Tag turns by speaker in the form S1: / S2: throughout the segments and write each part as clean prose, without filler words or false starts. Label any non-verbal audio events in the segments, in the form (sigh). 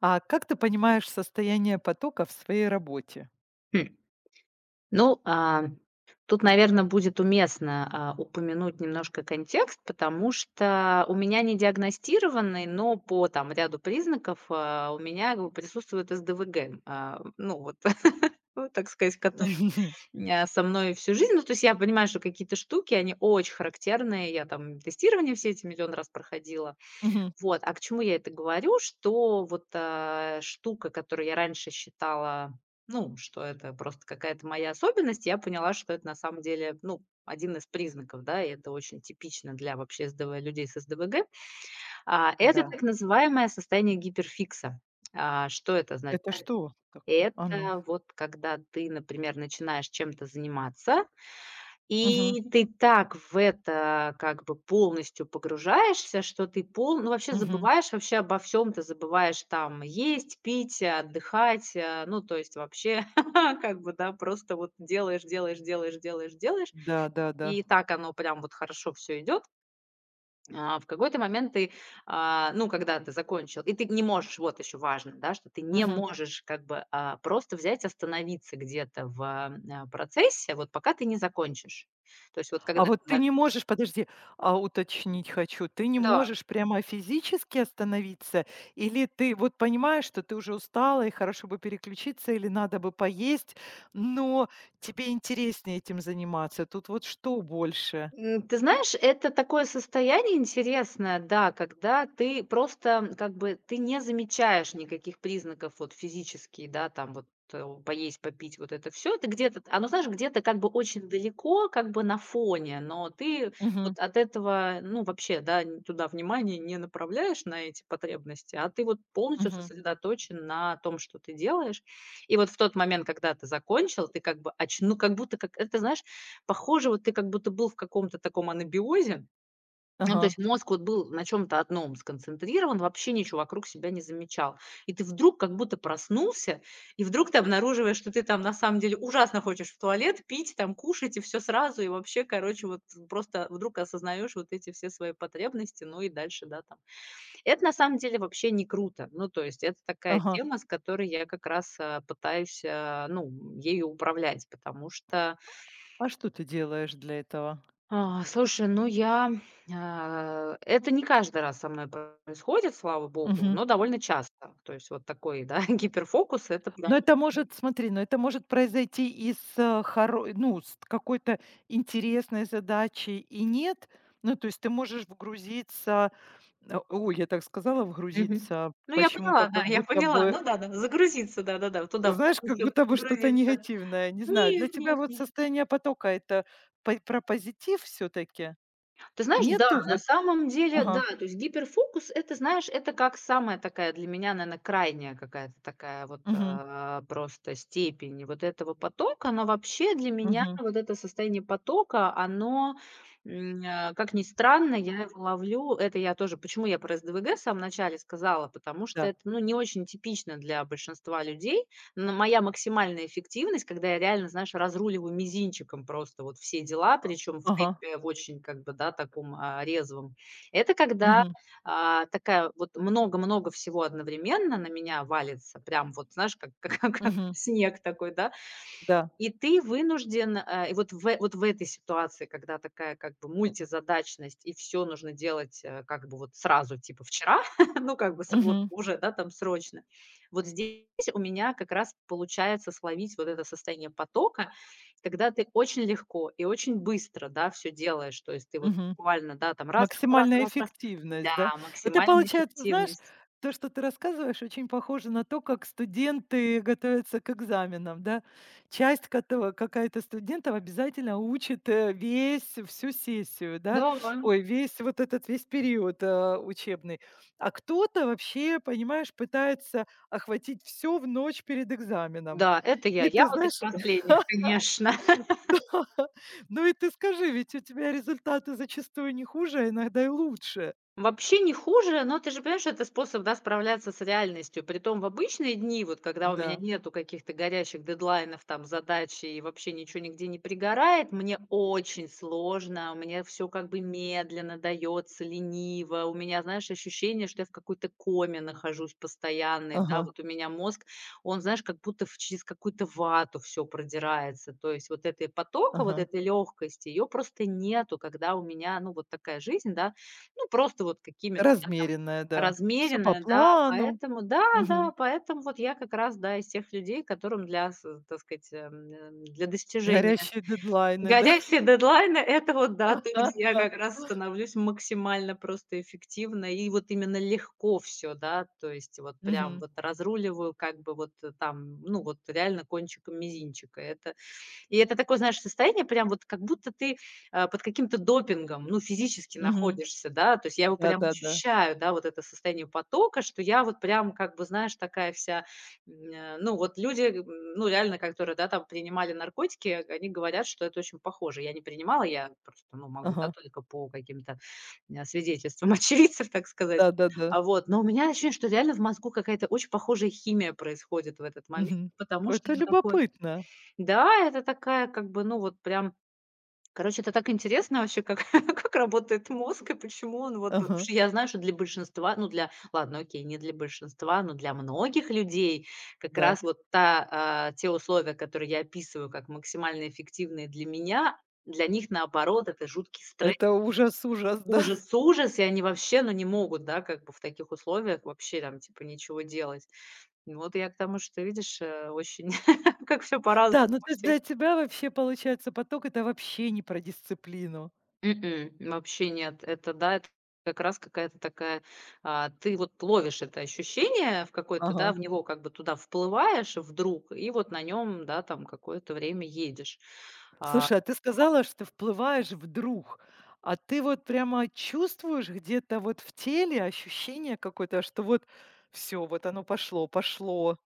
S1: А как ты понимаешь состояние потока в своей работе?
S2: Хм. Ну, тут, наверное, будет уместно, упомянуть немножко контекст, потому что у меня не диагностированный, но по там ряду признаков, у меня в присутствует СДВГ. Ну вот, (laughs) вот так сказать, который
S1: (laughs)
S2: со мной всю жизнь. Ну, то есть я понимаю, что какие-то штуки, они очень характерные. Я там тестирование все эти миллион раз проходила.
S1: Мгм.
S2: Вот, а к чему я это говорю? Что вот, штука, которую я раньше считала, ну, что это просто какая-то моя особенность, я поняла, что это на самом деле, ну, один из признаков, да, и это очень типично для вообще СДВ людей с СДВГ. Это
S1: Да.
S2: так называемое состояние гиперфикса. Что это значит?
S1: Это что такое? А ну.
S2: Это вот когда ты, например, начинаешь чем-то заниматься,
S1: Мгм.
S2: и ты так в это как бы полностью погружаешься, что ты пол ну, вообще
S1: Мгм.
S2: забываешь вообще обо всем. Ты забываешь там есть, пить, отдыхать, ну, то есть вообще (laughs) как бы, да, просто вот делаешь, делаешь, делаешь, делаешь, делаешь.
S1: Да, да, да.
S2: И так оно прям вот хорошо все идет. В какой-то момент ты, ну, когда ты закончил, и ты не можешь, вот еще важно, да, что ты не
S1: Мгм.
S2: можешь как бы просто взять, остановиться где-то в процессе, вот пока ты не закончишь. То есть вот когда
S1: А
S2: ты,
S1: вот ты не можешь, подожди, а уточнить хочу, ты не
S2: да.
S1: можешь прямо физически остановиться? Или ты вот понимаешь, что ты уже устала и хорошо бы переключиться, или надо бы поесть, но тебе интереснее этим заниматься? Тут вот что больше?
S2: Ты знаешь, это такое состояние интересное, да, когда ты просто, как бы, ты не замечаешь никаких признаков вот физически, да, там вот, поесть, попить, вот это все. Это где-то, оно, знаешь, где-то как бы очень далеко, как бы на фоне, но ты
S1: Мгм.
S2: вот от этого, ну, вообще, да, н туда внимание не направляешь, на эти потребности, а ты вот полностью
S1: Мгм.
S2: сосредоточен на том, что ты делаешь. И вот в тот момент, когда ты закончил, ты как бы очну как будто как это, знаешь, похоже, вот ты как будто был в каком-то таком анабиозе. Ну, то
S1: Ага.
S2: есть мозг вот был на чем то одном сконцентрирован, вообще ничего вокруг себя не замечал. И ты вдруг как будто проснулся, и вдруг ты обнаруживаешь, что ты там на самом деле ужасно хочешь в туалет, пить, там кушать и все сразу. И вообще, короче, вот просто вдруг осознаешь вот эти все свои потребности, ну и дальше, да, там. Это на самом деле вообще не круто. Ну, то есть это такая
S1: Ага.
S2: тема, с которой я как раз, пытаюсь, ну, ею управлять, потому что
S1: А что ты делаешь для этого?
S2: Слушай, ну я, это не каждый раз со мной происходит, слава богу,
S1: Мгм.
S2: но довольно часто. То есть вот такой, да, (laughs) гиперфокус- это да.
S1: Но это
S2: Ну,
S1: может, смотри, но это может произойти из ну, с какой-то интересной задачи и нет. Ну, то есть ты можешь вгрузиться, ой, я так сказала,
S2: мгм.
S1: вгрузиться
S2: Ну, я
S1: почему-то
S2: поняла, да,
S1: как
S2: я
S1: будто
S2: поняла.
S1: бы,
S2: Ну да-да, загрузиться, да-да-да, туда в
S1: знаешь, как
S2: всё
S1: будто бы что-то
S2: погрузиться.
S1: негативное. Не знаю, для
S2: Нет,
S1: тебя
S2: нет,
S1: вот
S2: нет.
S1: состояние потока это про позитив все-таки?
S2: Ты знаешь, да,
S1: Нету
S2: на
S1: вот,
S2: самом деле, да,
S1: ага,
S2: то есть гиперфокус- это, знаешь, это как самая такая для меня, наверное, крайняя какая-то такая вот,
S1: мгм,
S2: просто степень вот этого потока. Но вообще для меня
S1: мгм,
S2: вот это состояние потока, оно, как ни странно, я его ловлю. Это я тоже почему я про СДВГ в самом начале сказала, потому что
S1: да,
S2: это, ну, не очень типично для большинства людей. Но моя максимальная эффективность, когда я реально, знаешь, разруливаю мизинчиком просто вот все дела, причем в
S1: ага,
S2: темпе в очень как бы, да, таком, резвом. Это когда,
S1: мгм,
S2: такая вот много-много всего одновременно на меня валится, прям вот, знаешь, как (laughs) как
S1: мгм,
S2: снег такой, да.
S1: да,
S2: И ты вынужден, и вот в этой ситуации, когда такая как бы мультизадачность и все нужно делать, как бы вот сразу, типа вчера, (laughs) ну как бы ср вот
S1: мгм,
S2: уже, да, там срочно. Вот здесь у меня как раз получается словить вот это состояние потока, когда ты очень легко и очень быстро, да, все делаешь. То есть ты вот
S1: мгм.
S2: буквально, да, там раз раз
S1: Максимальная
S2: раз раз.
S1: эффективность, да?
S2: Да,
S1: Это
S2: максимальная
S1: получается, знаешь,
S2: эффективность.
S1: то, что ты рассказываешь, очень похоже на то, как студенты готовятся к экзаменам, да? Часть какая-то студентов обязательно учит весь, всю сессию,
S2: Да,
S1: да? Ой, весь вот этот весь период учебный. А кто-то вообще, понимаешь, пытается охватить все в ночь перед экзаменом.
S2: да, это я.
S1: И
S2: Я
S1: ты
S2: вот из
S1: знаешь,
S2: последних, (laughs) конечно.
S1: (laughs) ну и ты скажи, ведь у тебя результаты зачастую не хуже, а иногда и лучше.
S2: Вообще не хуже, но ты же понимаешь, это способ, да, справляться с реальностью. Притом в обычные дни, вот когда у меня
S1: Да.
S2: нету каких-то горящих дедлайнов, там, задач и вообще ничего нигде не пригорает, мне очень сложно, мне все как бы медленно дается, лениво. У меня, знаешь, ощущение, что я в какой-то коме нахожусь постоянной, да,
S1: Ага,
S2: вот у меня мозг, он, знаешь, как будто через какую-то вату все продирается. То есть вот этой потока, вот
S1: ага.
S2: этой легкости, ее просто нету, когда у меня, ну, вот такая жизнь, да, ну, просто вот какими-то да, там
S1: Размеренная, да. Все по
S2: размеренно, да.
S1: плану.
S2: Поэтому да, да,
S1: Мгм.
S2: поэтому вот я как раз, да, из тех людей, которым для, с так сказать, для достижения
S1: Горящие дедлайны, да.
S2: горящие дедлайны- это вот, да, то, где я как
S1: (laughs)
S2: раз становлюсь максимально просто эффективно и вот именно легко все да. То есть вот прям
S1: Мгм,
S2: вот разруливаю как бы вот, там, ну, вот реально кончиком мизинчика. Это такое, знаешь, состояние, прям вот как будто ты, под каким-то допингом, ну, физически
S1: мгм.
S2: находишься, да. То есть я его прям
S1: Да-да-да.
S2: ощущаю, да, вот это состояние потока, что я вот прям, как бы, знаешь, такая вся, ну, вот люди, ну, реально, которые, да, там принимали наркотики, они говорят, что это очень похоже. Я не принимала, я просто, ну, могу, да,
S1: Ага.
S2: только по каким-то, свидетельствам (laughs) очевидцев, так сказать.
S1: Да-да-да.
S2: Вот, но у меня ощущение, что реально в мозгу какая-то очень похожая химия происходит в этот момент,
S1: Мгм.
S2: потому
S1: Ой,
S2: что
S1: это
S2: это такое
S1: любопытно.
S2: да, это такая как бы, ну, вот прям короче, это так интересно вообще, как (laughs) как работает мозг и почему он вот потому
S1: Ага,
S2: что я знаю, что для большинства, ну, для ладно, окей, не для большинства, но для многих людей как
S1: да.
S2: раз вот те условия, которые я описываю как максимально эффективные для меня, для них, наоборот, это жуткий стресс,
S1: Это ужас, ужас, да.
S2: ужас,
S1: (laughs)
S2: ужас, и они вообще, ну, не могут, да, как бы в таких условиях вообще там типа ничего делать. Ну, вот я к тому, что видишь, очень (laughs) как все по-разному
S1: Да, ну,
S2: у
S1: то есть
S2: всех.
S1: для тебя вообще, получается, поток — это вообще не про дисциплину.
S2: Ну, вообще нет. Это да, это как раз какая-то такая, ты вот ловишь это ощущение в какой то да,
S1: Ага.
S2: в него как бы туда вплываешь вдруг, и вот на нем да, там какое-то время едешь. А
S1: Слушай, а ты сказала, что вплываешь вдруг. А ты вот прямо чувствуешь где-то вот в теле ощущение какое-то, что вот все вот оно пошло, пошло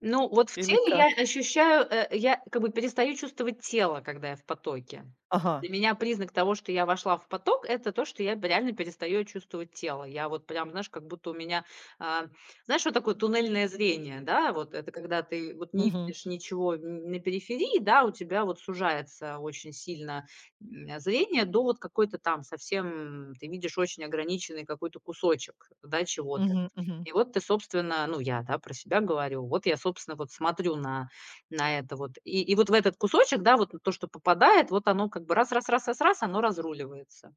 S2: Ну, вот в
S1: или
S2: теле я
S1: как?
S2: ощущаю, я как бы перестаю чувствовать тело, когда я в потоке.
S1: Ага.
S2: Для меня признак того, что я вошла в поток, это то, что я реально перестаю чувствовать тело. Я вот прям, знаешь, как будто у меня, а, знаешь, что такое туннельное зрение, да, вот это когда ты вот не
S1: Мгм.
S2: видишь ничего на периферии, да, у тебя вот сужается очень сильно зрение до вот какой-то там совсем, ты видишь очень ограниченный какой-то кусочек, да, чего-то.
S1: Мгм, мгм.
S2: И вот ты, собственно, ну, я, да, про себя говорю, вот я, собственно, вот смотрю на это вот. И вот в этот кусочек, да, вот то, что попадает, вот оно как бы раз раз раз раз раз, оно разруливается.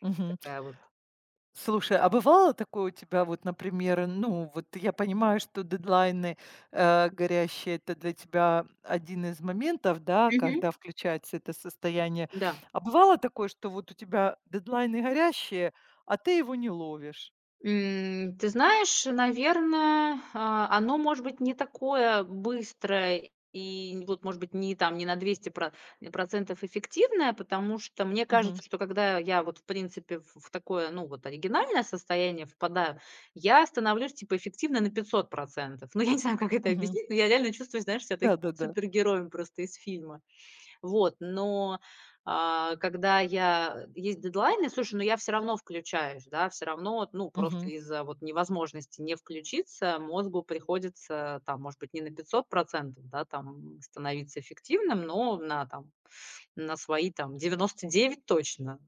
S1: Мгм.
S2: Такая вот.
S1: Слушай, а бывало такое у тебя, вот, например, ну, вот я понимаю, что дедлайны горящие это для тебя один из моментов, да,
S2: Мгм.
S1: когда включается это состояние.
S2: Да.
S1: А бывало такое, что вот у тебя дедлайны горящие, а ты его не ловишь?
S2: Ты знаешь, наверное, оно, может быть, не такое быстрое и вот, может быть, не там не на 200 процентов эффективное, потому что мне
S1: Мгм.
S2: кажется, что когда я вот, в принципе, в такое, ну, вот оригинальное состояние впадаю, я становлюсь типа эффективной на 500%. Ну, я не знаю, как это
S1: Мгм.
S2: объяснить, но я реально чувствую, знаешь, себя таким
S1: Да-да-да.
S2: супергероем просто из фильма. Вот, но, когда я есть дедлайны, слушай, но я все равно включаюсь, да, все равно, ну, просто
S1: Мгм.
S2: из-за вот невозможности не включиться мозгу приходится, там, может быть, не на 500%, да, там, становиться эффективным, но на, там, на свои, там, 99 точно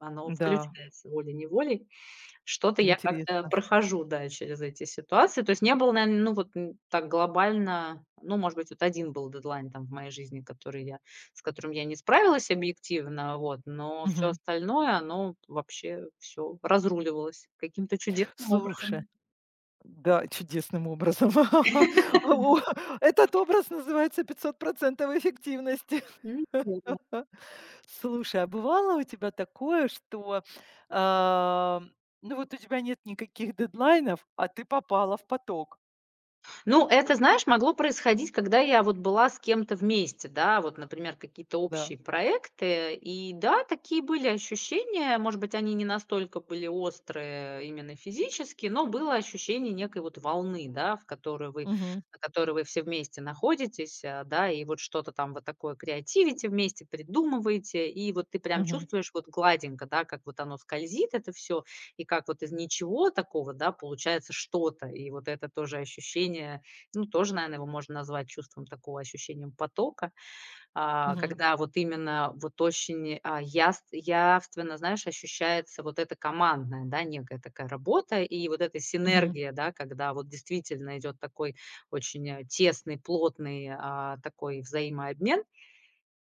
S2: оно
S1: Да,
S2: включается волей-неволей. Что-то я как-то
S1: интересно.
S2: прохожу, да, через эти ситуации. То есть не было, наверное, ну, вот, так глобально, ну, может быть, вот один был дедлайн там в моей жизни, который я с которым я не справилась объективно, вот, но все
S1: Мгм.
S2: остальное, оно вообще все разруливалось каким-то чудесным
S1: Слушай.
S2: образом.
S1: Да, чудесным образом. (laughs)
S2: (laughs)
S1: О, этот образ называется 500 эффективности.
S2: Вот.
S1: (laughs) Слушай, а бывало у тебя такое, что, а, ну, вот у тебя нет никаких дедлайнов, а ты попала в поток?
S2: Ну, это, знаешь, могло происходить, когда я вот была с кем-то вместе, да, вот, например, какие-то
S1: Да.
S2: общие проекты. И да, такие были ощущения, может быть, они не настолько были острые именно физически, но было ощущение некой вот волны, да,
S1: Мгм,
S2: на которой вы все вместе находитесь, да, и вот что-то там вот такое креативите вместе, придумываете, и вот ты прям
S1: мгм,
S2: чувствуешь вот гладенько, да, как вот оно скользит, это все, и как вот из ничего такого, да, получается что-то. И вот это тоже ощущение, ну, тоже, наверное, его можно назвать чувством такого ощущением потока,
S1: мгм,
S2: когда вот именно вот очень явственно, знаешь, ощущается вот эта командная, да, некая такая работа и вот эта
S1: мгм.
S2: синергия, да, когда вот действительно идет такой очень тесный, плотный такой взаимообмен,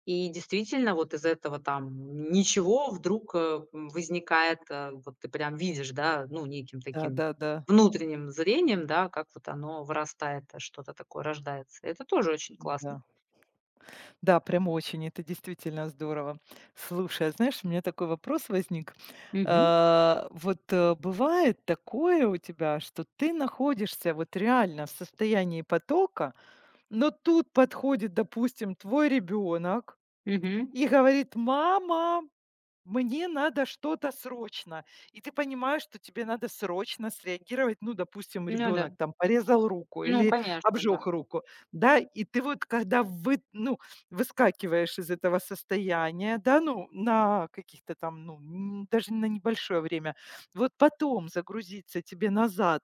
S2: и действительно, вот из этого там ничего вдруг, возникает, вот ты прям видишь, да, ну, неким таким
S1: Да-да-да.
S2: внутренним зрением, да, как вот оно вырастает, а что-то такое рождается. Это тоже очень
S1: Да,
S2: классно.
S1: да. Да, прям очень, это действительно здорово. Слушай, а знаешь, у меня такой вопрос возник.
S2: Мгм.
S1: Вот бывает такое у тебя, что ты находишься вот реально в состоянии потока, но тут подходит, допустим, твой ребенок
S2: Мгм.
S1: и говорит, мама, мне надо что-то срочно. И ты понимаешь, что тебе надо срочно среагировать. Ну, допустим,
S2: Ну да.
S1: ребенок там порезал руку
S2: Ну,
S1: или
S2: конечно, да.
S1: обжег руку, да, и ты вот когда вы, ну, выскакиваешь из этого состояния, да, ну, на каких-то там, ну, даже на небольшое время, вот потом загрузиться тебе назад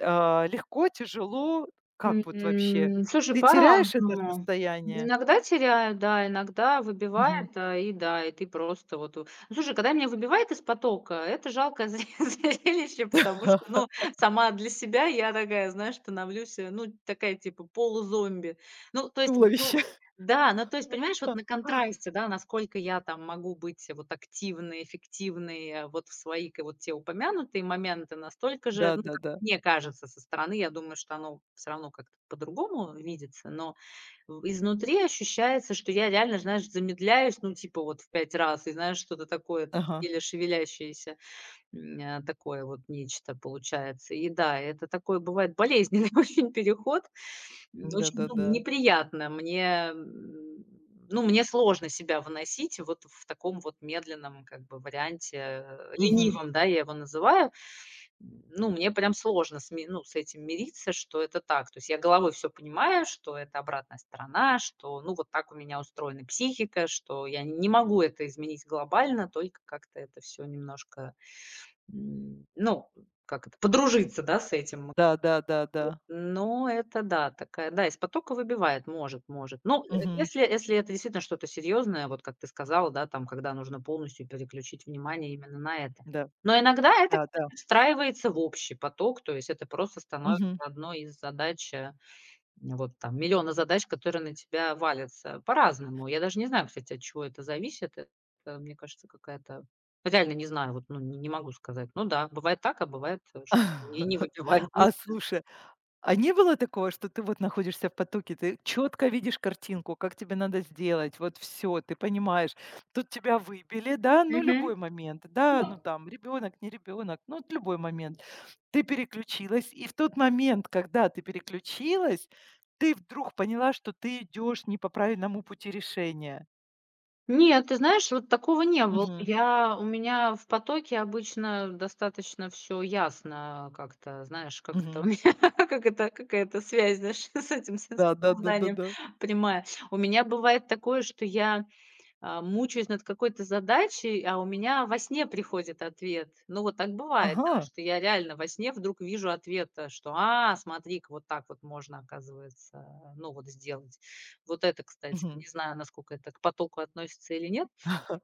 S1: легко, тяжело, как вот вообще?
S2: Слушай,
S1: Ты теряешь это
S2: по-разному.
S1: состояние?
S2: Иногда теряю, да, иногда
S1: Мгм.
S2: выбивает, и да, и ты просто вот у Слушай, когда меня выбивает из потока, это жалкое (laughs) зри зрелище, потому что, ну,
S1: (laughs)
S2: сама для себя я такая, знаешь, становлюсь, ну, такая типа полузомби. Ну, то есть, г ну
S1: Туловище.
S2: Да, ну, то есть, понимаешь, вот на
S1: (laughs)
S2: контрасте, да, насколько я там могу быть вот активной, эффективной, вот в свои к вот те упомянутые моменты, настолько же,
S1: Да,
S2: ну,
S1: да, да.
S2: мне кажется, со стороны, я думаю, что оно все равно как-то по-другому видится, но в изнутри ощущается, что я реально, знаешь, замедляюсь, ну, типа, вот в 5 раз, и, знаешь, что-то такое
S1: Ага.
S2: еле шевелящееся, такое вот нечто получается. И да, это такой бывает болезненный (laughs) очень переход, очень, ну,
S1: Да-да-да.
S2: неприятно. Ну, мне сложно себя выносить вот в таком вот медленном как бы варианте,
S1: Мгм.
S2: ленивом, да, я его называю. Ну, мне прям сложно с ми ну, с этим мириться, что это так. То есть я головой все понимаю, что это обратная сторона, что, ну, вот так у меня устроена психика, что я не могу это изменить глобально, только как-то это все немножко, ну, как это, подружиться, да, с этим,
S1: Да-да-да-да.
S2: но это да, такая, да, из потока выбивает, может, может.
S1: Мгм.
S2: Если, если это действительно что-то серьезное, вот как ты сказал, да, там, когда нужно полностью переключить внимание именно на это.
S1: Да.
S2: Но иногда это
S1: Да-да.
S2: как-то встраивается в общий поток, то есть это просто становится
S1: Мгм.
S2: одной из задач, вот там, миллиона задач, которые на тебя валятся по-разному. Я даже не знаю, кстати, от чего это зависит. Это, мне кажется, какая-то... Реально не знаю, вот, ну, не могу сказать. Ну да, бывает так, а бывает, что и не
S1: (laughs)
S2: выбивает. Не
S1: А слушай, а не было такого, что ты вот находишься в потоке, ты четко видишь картинку, как тебе надо сделать, вот все, ты понимаешь, тут тебя выбили, да, ну любой момент, да,
S2: Нет.
S1: ну там ребенок, не ребенок, ну вот любой момент. Ты переключилась, и в тот момент, когда ты переключилась, ты вдруг поняла, что ты идешь не по правильному пути решения.
S2: Нет, ты знаешь, вот такого не было.
S1: Мгм.
S2: Я У меня в потоке обычно достаточно все ясно как-то, знаешь, как это у
S1: Мгм.
S2: меня, (laughs) как это какая-то связь, знаешь, (laughs) с этим, с
S1: Да, да, да, да,
S2: сознанием
S1: да.
S2: прямая. У меня бывает такое, что мучаюсь над какой-то задачей, а у меня во сне приходит ответ. Ну, вот так бывает, да,
S1: Ага,
S2: что я реально во сне вдруг вижу ответ, что «А, смотри-ка, вот так вот можно, оказывается, ну, вот сделать». Вот это, кстати,
S1: мгм.
S2: не знаю, насколько это к потоку относится или нет,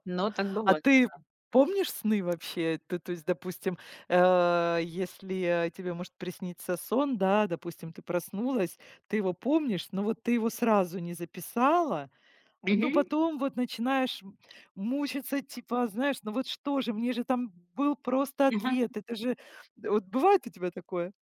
S2: но так
S1: А
S2: бывает.
S1: ты помнишь сны вообще? Ты, то есть, допустим, если тебе может присниться сон, да, допустим, ты проснулась, ты его помнишь, но вот ты его сразу не записала. Ну потом вот начинаешь мучиться, типа, знаешь: «Ну вот что же, мне же там был просто
S2: Мгм.
S1: ответ». Это же вот бывает у тебя такое?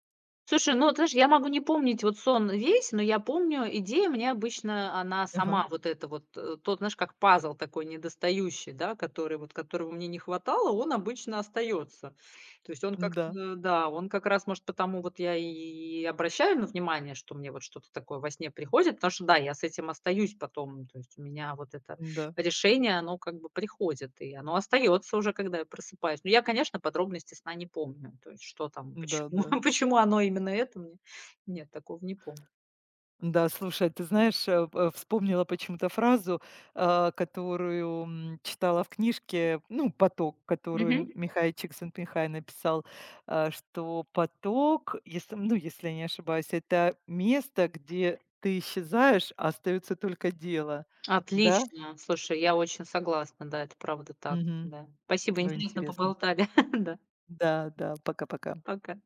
S2: Слушай, ну вот знаешь, я могу не помнить вот сон весь, но я помню, идея мне обычно, она
S1: Ага.
S2: сама вот эта вот, тот, знаешь, как пазл такой недостающий, да, который вот, которого мне не хватало, он обычно остается. То есть он
S1: Да,
S2: как-то, да, он как раз, может, потому вот я и обращаю на внимание, что мне вот что-то такое во сне приходит, потому что, да, я с этим остаюсь потом, то есть у меня вот это
S1: да,
S2: решение, оно как бы приходит, и оно остается уже, когда я просыпаюсь. Но я, конечно, подробности сна не помню. То есть что там, почему
S1: да-да.
S2: (laughs) почему оно именно это мне, нет, такого не помню.
S1: Да, слушай, ты знаешь, вспомнила почему-то фразу, которую читала в книжке, ну, «Поток»,
S2: Мгм.
S1: которую Михай Чиксент-Михай написал, что поток, если, ну, если я не ошибаюсь, это место, где ты исчезаешь, а остается только дело. Да?
S2: Отлично. Слушай, я очень согласна. Да, это правда так.
S1: Мгм.
S2: Да. Спасибо,
S1: Ой,
S2: интересно
S1: интересно.
S2: поболтали. (laughs) Да.
S1: Да, да, пока-пока.
S2: Пока.